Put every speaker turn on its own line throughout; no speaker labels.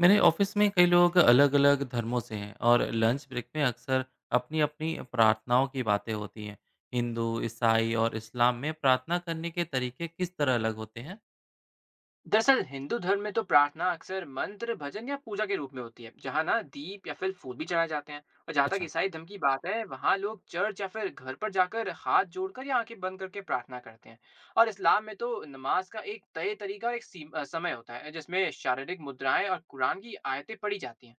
मेरे ऑफिस में कई लोग अलग अलग धर्मों से हैं, और लंच ब्रेक में अक्सर अपनी अपनी प्रार्थनाओं की बातें होती हैं। हिंदू, ईसाई और इस्लाम में प्रार्थना करने के तरीके किस तरह अलग होते हैं?
दरअसल हिंदू धर्म में तो प्रार्थना अक्सर मंत्र, भजन या पूजा के रूप में होती है, जहाँ ना दीप या फिर फूल भी चढ़ाए जाते हैं। और जहाँ तक
अच्छा।
ईसाई धर्म की बात है, वहाँ लोग चर्च या फिर घर पर जाकर हाथ जोड़कर या आंखें बंद करके प्रार्थना करते हैं। और इस्लाम में तो नमाज का एक तय तरीका और एक समय होता है, जिसमें शारीरिक मुद्राएं और कुरान की आयतें पढ़ी जाती हैं।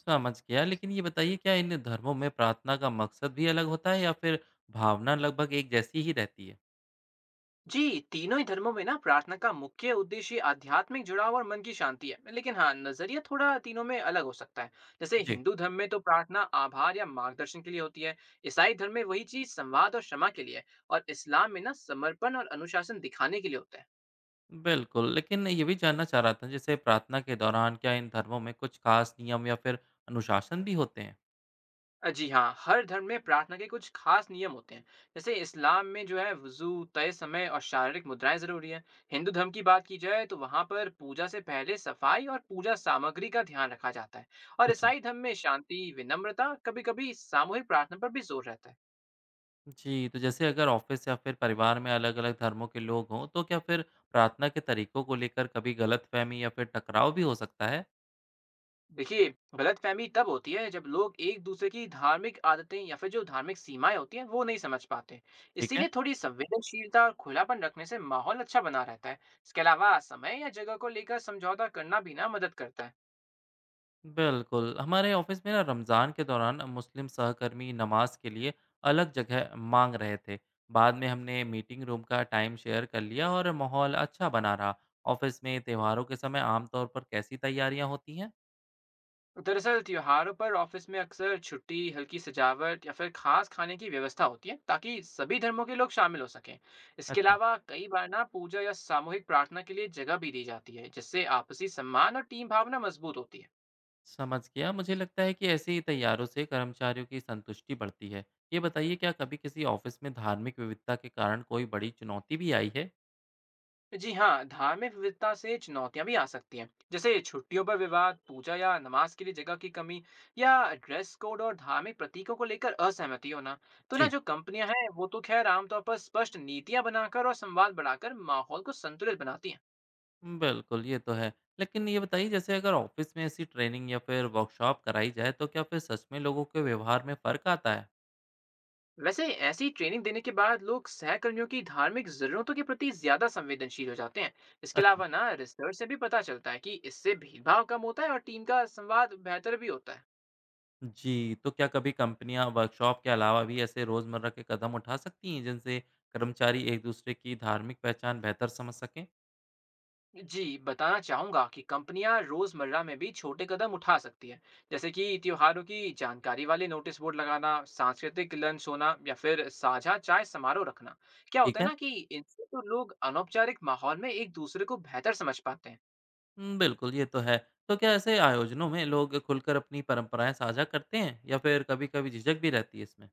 समझ गया, लेकिन ये बताइए, क्या इन धर्मों में प्रार्थना का मकसद भी अलग होता है, या फिर भावना लगभग एक जैसी ही रहती है?
जी, तीनों ही धर्मों में ना प्रार्थना का मुख्य उद्देश्य आध्यात्मिक जुड़ाव और मन की शांति है। लेकिन हाँ, नज़रिया थोड़ा तीनों में अलग हो सकता है। जैसे
जी।
हिंदू धर्म में तो प्रार्थना आभार या मार्गदर्शन के लिए होती है। ईसाई धर्म में वही चीज़ संवाद और क्षमा के लिए है। और इस्लाम में ना समर्पण और अनुशासन दिखाने के लिए होता है।
बिल्कुल, लेकिन ये भी जानना चाह रहा था, जैसे प्रार्थना के दौरान क्या इन धर्मों में कुछ खास नियम या फिर अनुशासन भी होते हैं?
जी हाँ, हर धर्म में प्रार्थना के कुछ खास नियम होते हैं। जैसे इस्लाम में जो है, वुज़ू, तय समय और शारीरिक मुद्राएँ ज़रूरी हैं। हिंदू धर्म की बात की जाए, तो वहाँ पर पूजा से पहले सफाई और पूजा सामग्री का ध्यान रखा जाता है। और
अच्छा।
ईसाई धर्म में शांति, विनम्रता, कभी-कभी सामूहिक प्रार्थना पर भी जोर रहता है।
जी, तो जैसे अगर ऑफिस या फिर परिवार में अलग-अलग धर्मों के लोग हों, तो क्या फिर प्रार्थना के तरीकों को लेकर कभी गलतफहमी या फिर टकराव भी हो सकता है?
देखिए, गलतफ़हमी तब होती है जब लोग एक दूसरे की धार्मिक आदतें या फिर जो धार्मिक सीमाएँ होती हैं, वो नहीं समझ पाते।
ठीक है।
इसीलिए थोड़ी संवेदनशीलता और खुलापन रखने से माहौल अच्छा बना रहता है। इसके अलावा समय या जगह को लेकर समझौता करना भी ना मदद करता है।
बिल्कुल, हमारे ऑफिस में ना रमज़ान के दौरान मुस्लिम सहकर्मी नमाज के लिए अलग जगह मांग रहे थे। बाद में हमने मीटिंग रूम का टाइम शेयर कर लिया और माहौल अच्छा बना रहा। ऑफिस में त्योहारों के समय आमतौर पर कैसी तैयारियां होती हैं?
दरअसल त्योहारों पर ऑफिस में अक्सर छुट्टी, हल्की सजावट या फिर खास खाने की व्यवस्था होती है, ताकि सभी धर्मों के लोग शामिल हो सकें। इसके
अच्छा।
अलावा कई बार ना पूजा या सामूहिक प्रार्थना के लिए जगह भी दी जाती है, जिससे आपसी सम्मान और टीम भावना मजबूत होती है।
समझ गया। मुझे लगता है कि ऐसे ही तैयारों से कर्मचारियों की संतुष्टि बढ़ती है। ये बताइए, क्या कभी किसी ऑफिस में धार्मिक विविधता के कारण कोई बड़ी चुनौती भी आई है?
जी हाँ, धार्मिक विविधता से चुनौतियाँ भी आ सकती हैं, जैसे छुट्टियों पर विवाद, पूजा या नमाज के लिए जगह की कमी, या ड्रेस कोड और धार्मिक प्रतीकों को लेकर असहमति होना। तो ना
जी।
जो कंपनियां हैं, वो तो खैर आमतौर पर स्पष्ट नीतियां बनाकर और संवाद बढ़ाकर माहौल को संतुलित बनाती हैं।
बिल्कुल, ये तो है। लेकिन ये बताइए, जैसे अगर ऑफिस में ऐसी ट्रेनिंग या फिर वर्कशॉप कराई जाए, तो क्या फिर सच में लोगों के व्यवहार में फर्क आता है?
वैसे ऐसी ट्रेनिंग देने के बाद लोग सहकर्मियों की धार्मिक जरूरतों के प्रति ज्यादा संवेदनशील हो जाते हैं। इसके
अच्छा।
अलावा ना रिसर्च से भी पता चलता है कि इससे भेदभाव कम होता है और टीम का संवाद बेहतर भी होता है।
जी, तो क्या कभी कंपनियां वर्कशॉप के अलावा भी ऐसे रोजमर्रा के कदम उठा सकती हैं, जिनसे कर्मचारी एक दूसरे की धार्मिक पहचान बेहतर समझ सकें?
जी, बताना चाहूँगा कि कंपनियाँ रोज़मर्रा में भी छोटे कदम उठा सकती हैं, जैसे कि त्योहारों की जानकारी वाले नोटिस बोर्ड लगाना, सांस्कृतिक लंच होना या फिर साझा चाय समारोह रखना। क्या होता
ठीक
है
है।
ना, कि इनसे तो लोग अनौपचारिक माहौल में एक दूसरे को बेहतर समझ पाते हैं।
बिल्कुल, ये तो है। तो क्या ऐसे आयोजनों में लोग खुलकर अपनी परंपराएँ साझा करते हैं, या फिर कभी-कभी झिझक भी रहती है इसमें?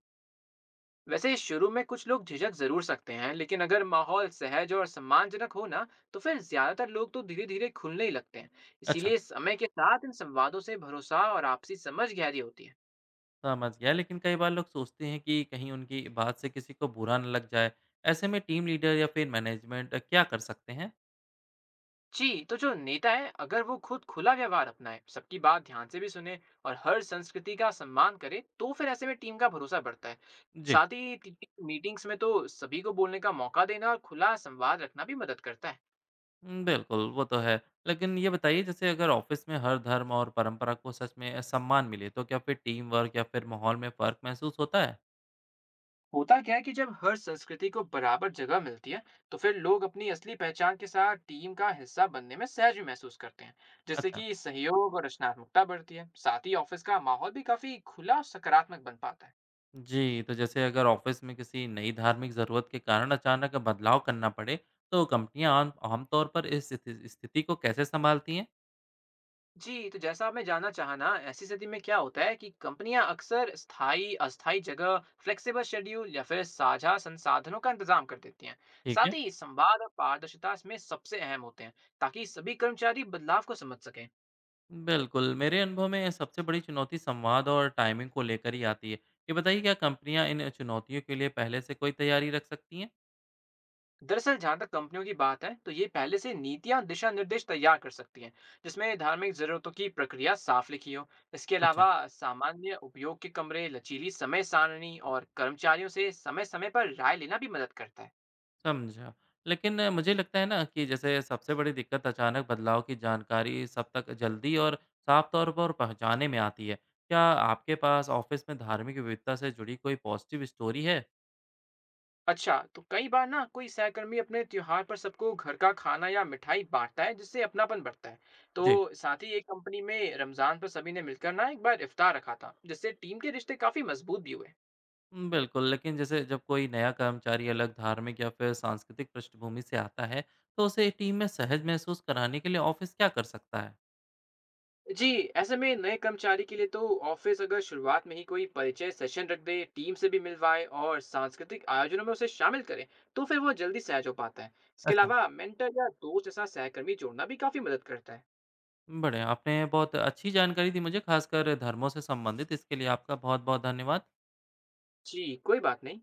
वैसे शुरू में कुछ लोग झिझक ज़रूर सकते हैं, लेकिन अगर माहौल सहज और सम्मानजनक हो ना, तो फिर ज़्यादातर लोग तो धीरे-धीरे खुलने ही लगते हैं।
अच्छा।
इसीलिए समय के साथ इन संवादों से भरोसा और आपसी समझ गहरी होती है।
समझ गया, लेकिन कई बार लोग सोचते हैं कि कहीं उनकी बात से किसी को बुरा ना लग जाए। ऐसे में टीम लीडर या फिर मैनेजमेंट क्या कर सकते हैं?
जी, तो जो नेता है, अगर वो खुद खुला व्यवहार अपनाए, सबकी बात ध्यान से भी सुने और हर संस्कृति का सम्मान करे, तो फिर ऐसे में टीम का भरोसा बढ़ता है।
जी।
साथ ही मीटिंग्स में तो सभी को बोलने का मौका देना और खुला संवाद रखना भी मदद करता है।
बिल्कुल, वो तो है। लेकिन ये बताइए, जैसे अगर ऑफ़िस में हर धर्म और परंपरा को सच में सम्मान मिले, तो क्या फिर टीम वर्क या फिर माहौल में फ़र्क महसूस होता है?
होता क्या है कि जब हर संस्कृति को बराबर जगह मिलती है, तो फिर लोग अपनी असली पहचान के साथ टीम का हिस्सा बनने में सहज भी महसूस करते हैं, जिससे
अच्छा।
कि सहयोग और रचनात्मकता बढ़ती है। साथ ही ऑफिस का माहौल भी काफी खुला और सकारात्मक बन पाता है।
जी, तो जैसे अगर ऑफिस में किसी नई धार्मिक ज़रूरत के कारण अचानक बदलाव करना पड़े, तो कंपनियाँ आम आमतौर पर इस स्थिति स्थिति को कैसे सँभालती हैं?
जी, तो जैसा आप मैं जानना चाहा ना, ऐसी स्थिति में क्या होता है कि कंपनियां अक्सर स्थायी, अस्थायी जगह, फ्लेक्सिबल शेड्यूल या फिर साझा संसाधनों का इंतजाम कर देती हैं।
ठीक
साथ
है।
ही संवाद और पारदर्शिता इसमें सबसे अहम होते हैं, ताकि सभी कर्मचारी बदलाव को समझ सकें।
बिल्कुल, मेरे अनुभव में सबसे बड़ी चुनौती संवाद और टाइमिंग को लेकर ही आती है। ये बताइए, क्या कंपनियाँ इन चुनौतियों के लिए पहले से कोई तैयारी रख सकती हैं?
दरअसल जहाँ तक कंपनियों की बात है, तो ये पहले से नीतियाँ, दिशा निर्देश तैयार कर सकती हैं, जिसमें धार्मिक जरूरतों की प्रक्रिया साफ लिखी हो। इसके
अच्छा।
अलावा सामान्य उपयोग के कमरे, लचीली समय सारणी और कर्मचारियों से समय-समय पर राय लेना भी मदद करता है।
समझा। लेकिन मुझे लगता है ना कि जैसे सबसे बड़ी दिक्कत अचानक बदलाव की जानकारी सब तक जल्दी और साफ तौर पर पहुंचाने में आती है। क्या आपके पास ऑफिस में धार्मिक विविधता से जुड़ी कोई पॉजिटिव स्टोरी है?
अच्छा, तो कई बार ना कोई सहकर्मी अपने त्योहार पर सबको घर का खाना या मिठाई बांटता है, जिससे अपनापन बढ़ता है।
जी।
तो साथ ही एक कंपनी में रमजान पर सभी ने मिलकर ना एक बार इफ्तार रखा था, जिससे टीम के रिश्ते काफी मजबूत भी हुए।
बिल्कुल, लेकिन जैसे जब कोई नया कर्मचारी अलग धार्मिक या फिर सांस्कृतिक पृष्ठभूमि से आता है, तो उसे टीम में सहज महसूस कराने के लिए ऑफिस क्या कर सकता है?
जी, ऐसे में नए कर्मचारी के लिए तो ऑफिस अगर शुरुआत में ही कोई परिचय सेशन रख दे, टीम से भी मिलवाए और सांस्कृतिक आयोजनों में उसे शामिल करे, तो फिर वो जल्दी सहज हो पाता है। इसके
अच्छा।
अलावा मेंटर या दोस्त जैसा सहकर्मी जोड़ना भी काफी मदद करता है।
बढ़िया, आपने बहुत अच्छी जानकारी दी मुझे, खासकर धर्मों से संबंधित। इसके लिए आपका बहुत-बहुत धन्यवाद।
जी, कोई बात नहीं।